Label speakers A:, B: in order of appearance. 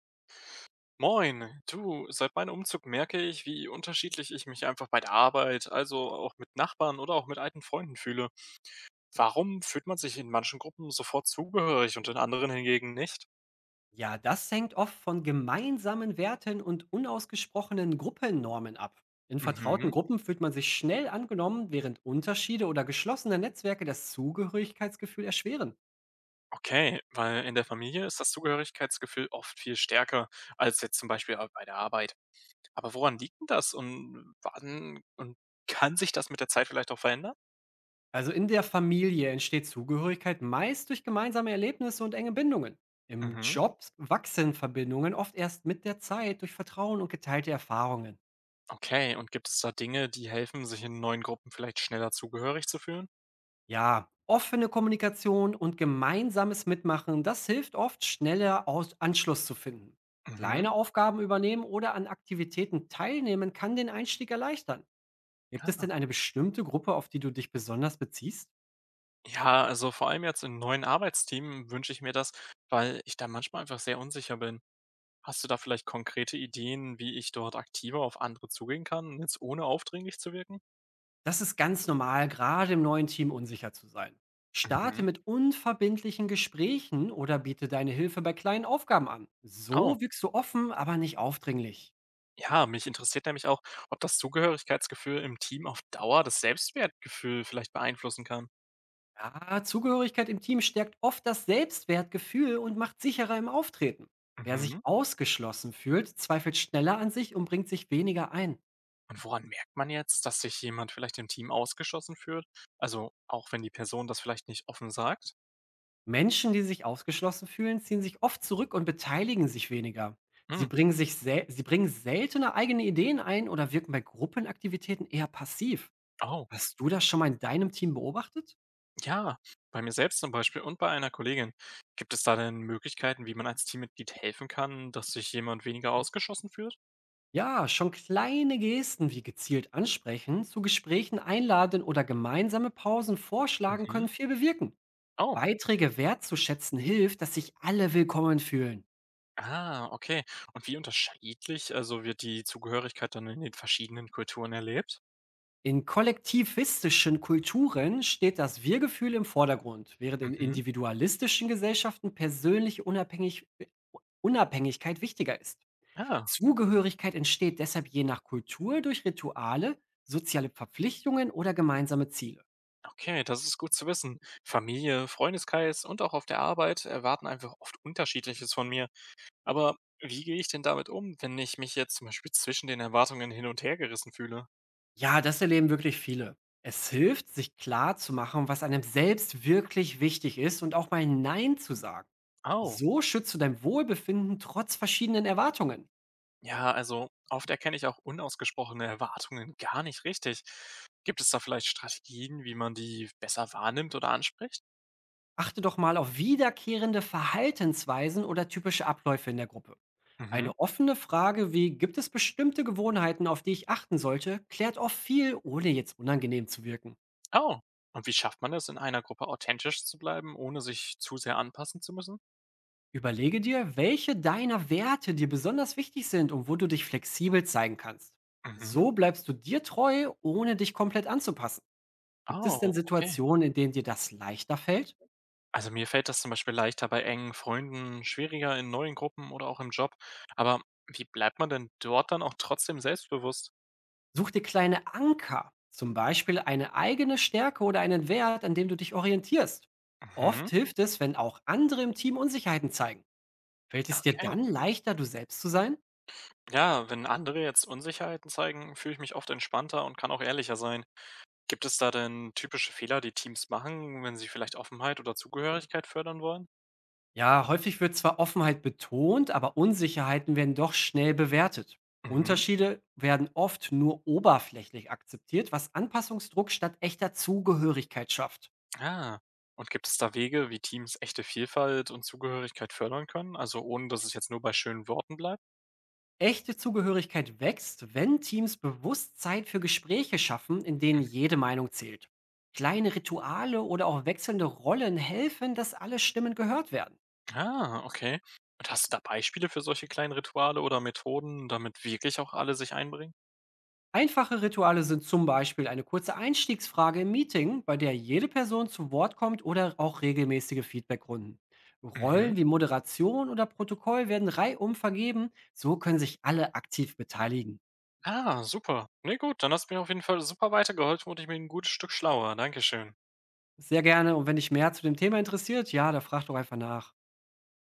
A: Moin, du, seit meinem Umzug merke ich, wie unterschiedlich ich mich einfach bei der Arbeit, also auch mit Nachbarn oder auch mit alten Freunden fühle. Warum fühlt man sich in manchen Gruppen sofort zugehörig und in anderen hingegen nicht?
B: Ja, das hängt oft von gemeinsamen Werten und unausgesprochenen Gruppennormen ab. In
A: Mhm.
B: vertrauten Gruppen fühlt man sich schnell angenommen, während Unterschiede oder geschlossene Netzwerke das Zugehörigkeitsgefühl erschweren.
A: Okay, weil in der Familie ist das Zugehörigkeitsgefühl oft viel stärker als jetzt zum Beispiel auch bei der Arbeit. Aber woran liegt denn das und wann und kann sich das mit der Zeit vielleicht auch verändern?
B: Also in der Familie entsteht Zugehörigkeit meist durch gemeinsame Erlebnisse und enge Bindungen. Im
A: Mhm.
B: Job wachsen Verbindungen oft erst mit der Zeit durch Vertrauen und geteilte Erfahrungen.
A: Okay, und gibt es da Dinge, die helfen, sich in neuen Gruppen vielleicht schneller zugehörig zu fühlen?
B: Ja, offene Kommunikation und gemeinsames Mitmachen, das hilft oft, schneller Aus Anschluss zu finden.
A: Mhm.
B: Kleine Aufgaben übernehmen oder an Aktivitäten teilnehmen kann den Einstieg erleichtern. Gibt es denn eine bestimmte Gruppe, auf die du dich besonders beziehst?
A: Ja, also vor allem jetzt in neuen Arbeitsteam wünsche ich mir das, weil ich da manchmal einfach sehr unsicher bin. Hast du da vielleicht konkrete Ideen, wie ich dort aktiver auf andere zugehen kann, jetzt ohne aufdringlich zu wirken?
B: Das ist ganz normal, gerade im neuen Team unsicher zu sein. Starte
A: Mhm.
B: mit unverbindlichen Gesprächen oder biete deine Hilfe bei kleinen Aufgaben an.
A: Oh,
B: So wirkst du offen, aber nicht aufdringlich.
A: ja, mich interessiert nämlich auch, ob das Zugehörigkeitsgefühl im Team auf Dauer das Selbstwertgefühl vielleicht beeinflussen kann.
B: Ja, Zugehörigkeit im Team stärkt oft das Selbstwertgefühl und macht sicherer im Auftreten. Wer sich
A: Mhm.
B: ausgeschlossen fühlt, zweifelt schneller an sich und bringt sich weniger ein.
A: Und woran merkt man jetzt, dass sich jemand vielleicht im Team ausgeschlossen fühlt? Also auch wenn die Person das vielleicht nicht offen sagt?
B: Menschen, die sich ausgeschlossen fühlen, ziehen sich oft zurück und beteiligen sich weniger.
A: Hm.
B: Sie bringen seltener eigene Ideen ein oder wirken bei Gruppenaktivitäten eher passiv.
A: Oh.
B: Hast du das schon mal in deinem Team beobachtet?
A: Ja, bei mir selbst zum Beispiel und bei einer Kollegin. Gibt es da denn Möglichkeiten, wie man als Teammitglied helfen kann, dass sich jemand weniger ausgeschlossen fühlt?
B: Ja, schon kleine Gesten wie gezielt ansprechen, zu Gesprächen einladen oder gemeinsame Pausen vorschlagen
A: Mhm.
B: können viel bewirken.
A: Oh.
B: Beiträge wertzuschätzen hilft, dass sich alle willkommen fühlen.
A: Ah, okay. Und wie unterschiedlich, also wird die Zugehörigkeit dann in den verschiedenen Kulturen erlebt?
B: In kollektivistischen Kulturen steht das Wir-Gefühl im Vordergrund, während in
A: Mhm.
B: individualistischen Gesellschaften persönliche Unabhängigkeit wichtiger ist.
A: Ja,
B: Zugehörigkeit entsteht deshalb je nach Kultur durch Rituale, soziale Verpflichtungen oder gemeinsame Ziele.
A: okay, das ist gut zu wissen. Familie, Freundeskreis und auch auf der Arbeit erwarten einfach oft Unterschiedliches von mir. Aber wie gehe ich denn damit um, wenn ich mich jetzt zum Beispiel zwischen den Erwartungen hin und her gerissen fühle?
B: Ja, das erleben wirklich viele. Es hilft, sich klar zu machen, was einem selbst wirklich wichtig ist und auch mal Nein zu sagen.
A: Oh.
B: So schützt du dein Wohlbefinden trotz verschiedenen Erwartungen.
A: Ja, also oft erkenne ich auch unausgesprochene Erwartungen gar nicht richtig. Gibt es da vielleicht Strategien, wie man die besser wahrnimmt oder anspricht?
B: Achte doch mal auf wiederkehrende Verhaltensweisen oder typische Abläufe in der Gruppe.
A: Mhm.
B: Eine offene Frage wie gibt es bestimmte Gewohnheiten, auf die ich achten sollte, klärt oft viel, ohne jetzt unangenehm zu wirken.
A: Oh. Und wie schafft man es, in einer Gruppe authentisch zu bleiben, ohne sich zu sehr anpassen zu müssen?
B: Überlege dir, welche deiner Werte dir besonders wichtig sind und wo du dich flexibel zeigen kannst.
A: Mhm.
B: So bleibst du dir treu, ohne dich komplett anzupassen. Gibt es denn
A: Oh, okay.
B: Situationen, in denen dir das leichter fällt?
A: Also mir fällt das zum Beispiel leichter bei engen Freunden, schwieriger in neuen Gruppen oder auch im Job. Aber wie bleibt man denn dort dann auch trotzdem selbstbewusst?
B: Such dir kleine Anker, zum Beispiel eine eigene Stärke oder einen Wert, an dem du dich orientierst. Oft
A: Mhm.
B: hilft es, wenn auch andere im Team Unsicherheiten zeigen. Fällt es dir
A: Okay.
B: dann leichter, du selbst zu sein?
A: Ja, wenn andere jetzt Unsicherheiten zeigen, fühle ich mich oft entspannter und kann auch ehrlicher sein. Gibt es da denn typische Fehler, die Teams machen, wenn sie vielleicht Offenheit oder Zugehörigkeit fördern wollen?
B: Ja, häufig wird zwar Offenheit betont, aber Unsicherheiten werden doch schnell bewertet.
A: Mhm.
B: Unterschiede werden oft nur oberflächlich akzeptiert, was Anpassungsdruck statt echter Zugehörigkeit schafft.
A: Ah. Und gibt es da Wege, wie Teams echte Vielfalt und Zugehörigkeit fördern können? Also ohne, dass es jetzt nur bei schönen Worten bleibt?
B: Echte Zugehörigkeit wächst, wenn Teams bewusst Zeit für Gespräche schaffen, in denen jede Meinung zählt. Kleine Rituale oder auch wechselnde Rollen helfen, dass alle Stimmen gehört werden.
A: Ah, okay. Und hast du da Beispiele für solche kleinen Rituale oder Methoden, damit wirklich auch alle sich einbringen?
B: Einfache Rituale sind zum Beispiel eine kurze Einstiegsfrage im Meeting, bei der jede Person zu Wort kommt oder auch regelmäßige Feedbackrunden.
A: Mhm.
B: Rollen wie Moderation oder Protokoll werden reihum vergeben, so können sich alle aktiv beteiligen.
A: Ah, super. Nee, gut, dann hast du mir auf jeden Fall super weitergeholfen und ich bin ein gutes Stück schlauer. Dankeschön.
B: Sehr gerne und wenn dich mehr zu dem Thema interessiert, ja, da frag doch einfach nach.